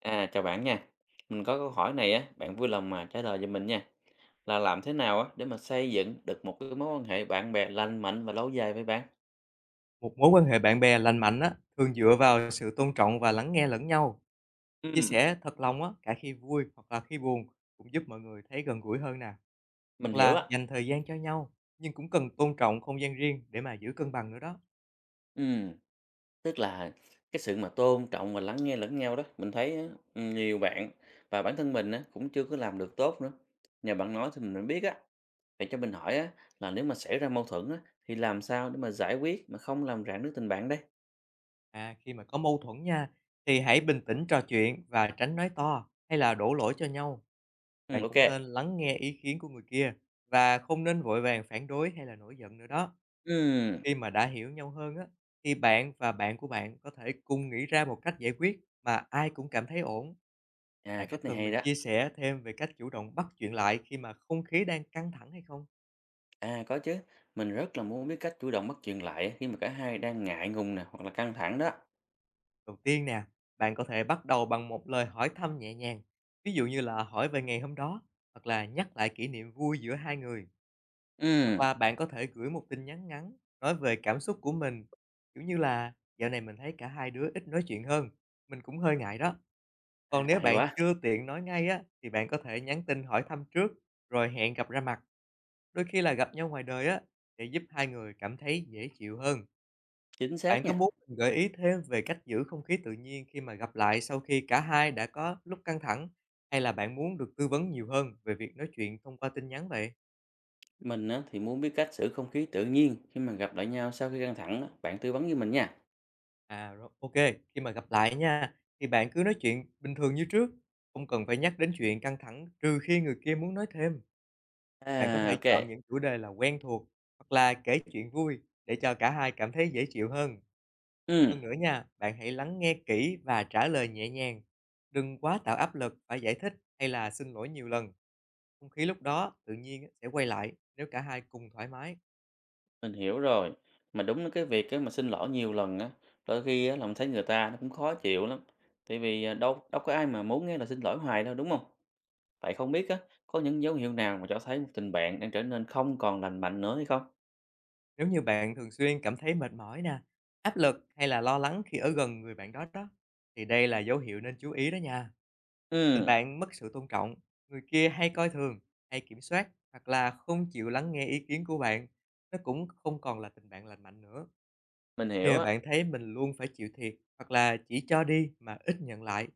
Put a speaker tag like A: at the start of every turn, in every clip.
A: À, chào bạn nha. Mình có câu hỏi này á, bạn vui lòng mà trả lời cho mình nha. Là làm thế nào á để mà xây dựng được một cái mối quan hệ bạn bè lành mạnh và lâu dài với bạn?
B: Một mối quan hệ bạn bè lành mạnh á, thường dựa vào sự tôn trọng và lắng nghe lẫn nhau, chia
A: Ừm,
B: sẻ thật lòng á, cả khi vui hoặc là khi buồn cũng giúp mọi người thấy gần gũi hơn nè. Hoặc
A: mình hiểu
B: là
A: á.
B: dành thời gian cho nhau, nhưng cũng cần tôn trọng không gian riêng để mà giữ cân bằng nữa đó.
A: Ừm, tức là cái sự mà tôn trọng và lắng nghe lẫn nhau đó, mình thấy á, nhiều bạn và bản thân mình á cũng chưa có làm được tốt nữa. Nhờ bạn nói thì mình mới biết á. Vậy cho mình hỏi á là nếu mà xảy ra mâu thuẫn á thì làm sao để mà giải quyết mà không làm rạn nứt tình bạn đây?
B: À, khi mà có mâu thuẫn nha, thì hãy bình tĩnh trò chuyện và tránh nói to hay là đổ lỗi cho nhau.
A: Ừ,
B: Bạn
A: ok.
B: cũng nên lắng nghe ý kiến của người kia và không nên vội vàng phản đối hay là nổi giận nữa đó.
A: Ừm,
B: Khi mà đã hiểu nhau hơn á, thì bạn và bạn của bạn có thể cùng nghĩ ra một cách giải quyết mà ai cũng cảm thấy ổn.
A: à
B: Bạn có
A: cách này
B: cần
A: hay
B: mình
A: đó.
B: chia sẻ thêm về cách chủ động bắt chuyện lại khi mà không khí đang căng thẳng hay không?
A: À, có chứ. Mình rất là muốn biết cách chủ động bắt chuyện lại khi mà cả hai đang ngại ngùng nè hoặc là căng thẳng đó.
B: Đầu tiên nè, bạn có thể bắt đầu bằng một lời hỏi thăm nhẹ nhàng. Ví dụ như là hỏi về ngày hôm đó, hoặc là nhắc lại kỷ niệm vui giữa hai người.
A: Ừ,
B: Hoặc là bạn có thể gửi một tin nhắn ngắn nói về cảm xúc của mình. Kiểu như là dạo này mình thấy cả hai đứa ít nói chuyện hơn. Mình cũng hơi ngại đó. Còn
A: à,
B: nếu
A: hay
B: bạn
A: quá,
B: chưa tiện nói ngay á, thì bạn có thể nhắn tin hỏi thăm trước, rồi hẹn gặp ra mặt, đôi khi là gặp nhau ngoài đời á, để giúp hai người cảm thấy dễ chịu hơn.
A: chính
B: Bạn
A: xác
B: có
A: nha.
B: muốn mình gợi ý thêm về cách giữ không khí tự nhiên khi mà gặp lại sau khi cả hai đã có lúc căng thẳng, hay là bạn muốn được tư vấn nhiều hơn về việc nói chuyện thông qua tin nhắn vậy?
A: Mình á, thì muốn biết cách giữ không khí tự nhiên khi mà gặp lại nhau sau khi căng thẳng đó. Bạn tư vấn với mình nha.
B: À, rồi, ok, khi mà gặp lại nha, thì bạn cứ nói chuyện bình thường như trước, không cần phải nhắc đến chuyện căng thẳng trừ khi người kia muốn nói thêm. Bạn có
A: À,
B: thể
A: ok.
B: chọn những chủ đề là quen thuộc hoặc là kể chuyện vui để cho cả hai cảm thấy dễ chịu hơn.
A: Ừ,
B: Hơn nữa nha, bạn hãy lắng nghe kỹ và trả lời nhẹ nhàng. Đừng quá tạo áp lực phải giải thích hay là xin lỗi nhiều lần. Không khí lúc đó tự nhiên á, sẽ quay lại nếu cả hai cùng thoải mái.
A: mình hiểu rồi. Mà đúng là cái việc á, mà xin lỗi nhiều lần á, đôi khi á, là mình thấy người ta nó cũng khó chịu lắm. Tại vì à, đâu đâu có ai mà muốn nghe là xin lỗi hoài đâu đúng không? Vậy không biết á, có những dấu hiệu nào mà cho thấy một tình bạn đang trở nên không còn lành mạnh nữa hay không?
B: Nếu như bạn thường xuyên cảm thấy mệt mỏi nè, áp lực hay là lo lắng khi ở gần người bạn đó đó, thì đây là dấu hiệu nên chú ý đó nha. Tình
A: Ừ.
B: bạn mất sự tôn trọng, người kia hay coi thường, hay kiểm soát hoặc là không chịu lắng nghe ý kiến của bạn, nó cũng không còn là tình bạn lành mạnh nữa.
A: Mình
B: Khi
A: hiểu
B: mà
A: á.
B: bạn thấy mình luôn phải chịu thiệt hoặc là chỉ cho đi mà ít nhận lại,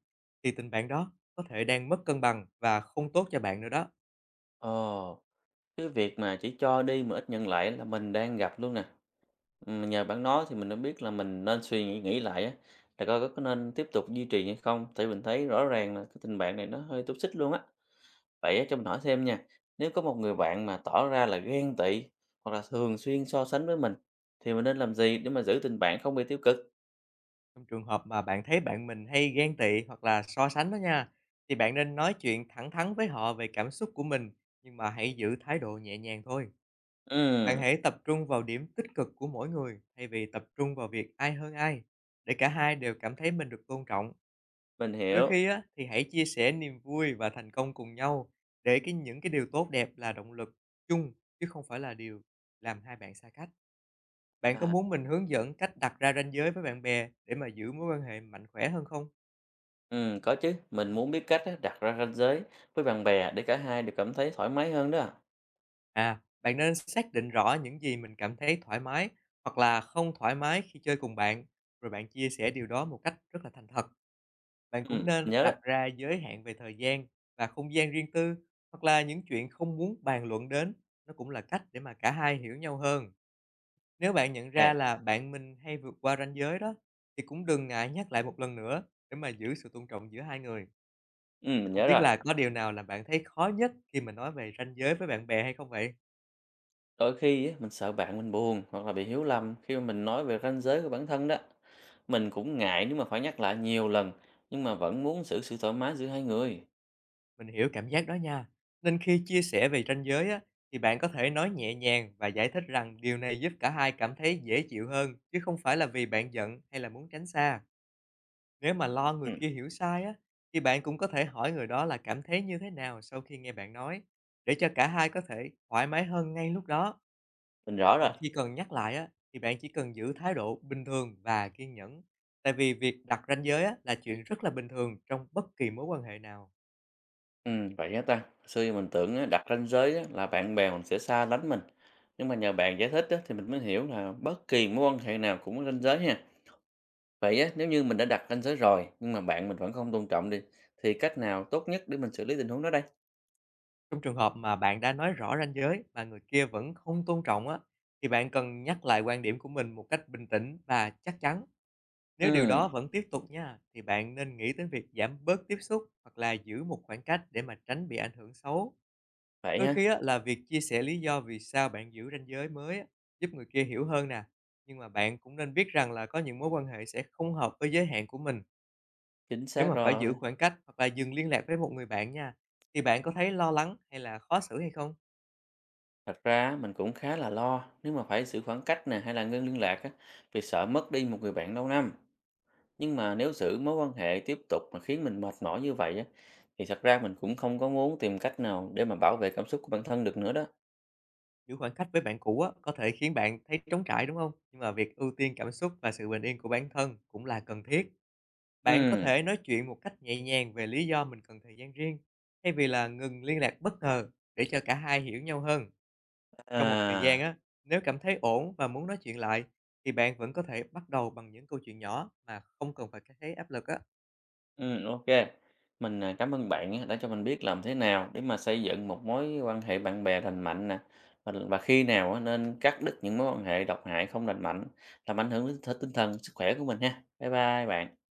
B: thì tình bạn đó có thể đang mất cân bằng và không tốt cho bạn nữa đó.
A: Ồ, cái việc mà chỉ cho đi mà ít nhận lại là mình đang gặp luôn nè. Nhờ bạn nói thì mình đã biết là mình nên suy nghĩ nghĩ lại á, là coi có nên tiếp tục duy trì hay không, tại mình thấy rõ ràng là cái tình bạn này nó hơi toxic xích luôn á. Vậy á, cho mình hỏi thêm nha, nếu có một người bạn mà tỏ ra là ghen tị hoặc là thường xuyên so sánh với mình, thì mình nên làm gì để mà giữ tình bạn không bị tiêu cực?
B: Trong trường hợp mà bạn thấy bạn mình hay ghen tị hoặc là so sánh đó nha, thì bạn nên nói chuyện thẳng thắn với họ về cảm xúc của mình, nhưng mà hãy giữ thái độ nhẹ nhàng thôi. Bạn
A: Ừm,
B: hãy tập trung vào điểm tích cực của mỗi người thay vì tập trung vào việc ai hơn ai, để cả hai đều cảm thấy mình được tôn trọng.
A: mình
B: Đôi
A: hiểu.
B: khi á, thì hãy chia sẻ niềm vui và thành công cùng nhau để những cái điều tốt đẹp là động lực chung, chứ không phải là điều làm hai bạn xa cách. Bạn có
A: À,
B: muốn mình hướng dẫn cách đặt ra ranh giới với bạn bè để mà giữ mối quan hệ mạnh khỏe hơn không?
A: có chứ, mình muốn biết cách á, đặt ra ranh giới với bạn bè để cả hai đều cảm thấy thoải mái hơn đó.
B: À, bạn nên xác định rõ những gì mình cảm thấy thoải mái hoặc là không thoải mái khi chơi cùng bạn, rồi bạn chia sẻ điều đó một cách rất là thành thật. Bạn cũng nên
A: Mình nhớ rồi.
B: đặt ra giới hạn về thời gian và không gian riêng tư, hoặc là những chuyện không muốn bàn luận đến, nó cũng là cách để mà cả hai hiểu nhau hơn. Nếu bạn nhận ra
A: À,
B: là bạn mình hay vượt qua ranh giới đó, thì cũng đừng ngại nhắc lại một lần nữa để mà giữ sự tôn trọng giữa hai người.
A: mình
B: Không
A: nhớ
B: biết
A: rồi.
B: là có điều nào là bạn thấy khó nhất khi mà nói về ranh giới với bạn bè hay không vậy?
A: Đôi khi á, mình sợ bạn mình buồn hoặc là bị hiểu lầm khi mà mình nói về ranh giới của bản thân đó. Mình cũng ngại nếu mà phải nhắc lại nhiều lần, nhưng mà vẫn muốn giữ sự thoải mái giữa hai người.
B: Mình hiểu cảm giác đó nha. Nên khi chia sẻ về ranh giới á, thì bạn có thể nói nhẹ nhàng và giải thích rằng điều này giúp cả hai cảm thấy dễ chịu hơn, chứ không phải là vì bạn giận hay là muốn tránh xa. Nếu mà lo người
A: Ừm,
B: kia hiểu sai á, thì bạn cũng có thể hỏi người đó là cảm thấy như thế nào sau khi nghe bạn nói, để cho cả hai có thể thoải mái hơn ngay lúc đó.
A: mình rõ rồi.
B: Còn khi cần nhắc lại á, thì bạn chỉ cần giữ thái độ bình thường và kiên nhẫn. Tại vì việc đặt ranh giới á, là chuyện rất là bình thường trong bất kỳ mối quan hệ nào.
A: Vậy á ta. Xưa giờ mình tưởng á, đặt ranh giới á, là bạn bè mình sẽ xa lánh mình. Nhưng mà nhờ bạn giải thích á, thì mình mới hiểu là bất kỳ mối quan hệ nào cũng có ranh giới ha. Vậy á, nếu như mình đã đặt ranh giới rồi, nhưng mà bạn mình vẫn không tôn trọng đi, thì cách nào tốt nhất để mình xử lý tình huống đó đây?
B: Trong trường hợp mà bạn đã nói rõ ranh giới mà người kia vẫn không tôn trọng á, thì bạn cần nhắc lại quan điểm của mình một cách bình tĩnh và chắc chắn. Nếu điều
A: Ừm,
B: đó vẫn tiếp tục nha, thì bạn nên nghĩ đến việc giảm bớt tiếp xúc hoặc là giữ một khoảng cách để mà tránh bị ảnh hưởng xấu.
A: vậy
B: Đôi khi
A: ha.
B: á, là việc chia sẻ lý do vì sao bạn giữ ranh giới mới á, giúp người kia hiểu hơn nè. Nhưng mà bạn cũng nên biết rằng là có những mối quan hệ sẽ không hợp với giới hạn của mình.
A: Chính
B: Nếu
A: xác
B: mà phải giữ
A: rồi,
B: khoảng cách hoặc là dừng liên lạc với một người bạn nha, thì bạn có thấy lo lắng hay là khó xử hay không?
A: thật ra á, mình cũng khá là lo nếu mà phải giữ khoảng cách nè hay là ngưng liên lạc á, vì sợ mất đi một người bạn lâu năm. Nhưng mà nếu giữ mối quan hệ tiếp tục mà khiến mình mệt mỏi như vậy á, thì thật ra mình cũng không có muốn tìm cách nào để mà bảo vệ cảm xúc của bản thân được nữa đó.
B: Giữ khoảng cách với bạn cũ á, có thể khiến bạn thấy trống trải, đúng không? Nhưng mà việc ưu tiên cảm xúc và sự bình yên của bản thân cũng là cần thiết. Bạn có
A: Ừ.
B: thể nói chuyện một cách nhẹ nhàng về lý do mình cần thời gian riêng, thay vì là ngừng liên lạc bất ngờ để cho cả hai hiểu nhau hơn. Sau một thời gian
A: À.
B: á, nếu cảm thấy ổn và muốn nói chuyện lại, thì bạn vẫn có thể bắt đầu bằng những câu chuyện nhỏ mà không cần phải thấy áp lực á.
A: OK. Mình, à, cảm ơn bạn á, đã cho mình biết làm thế nào để mà xây dựng một mối quan hệ bạn bè lành mạnh nè, và khi nào á nên cắt đứt những mối quan hệ độc hại không lành mạnh, làm ảnh hưởng đến th tinh thần, sức khỏe của mình ha. Bye bye bạn.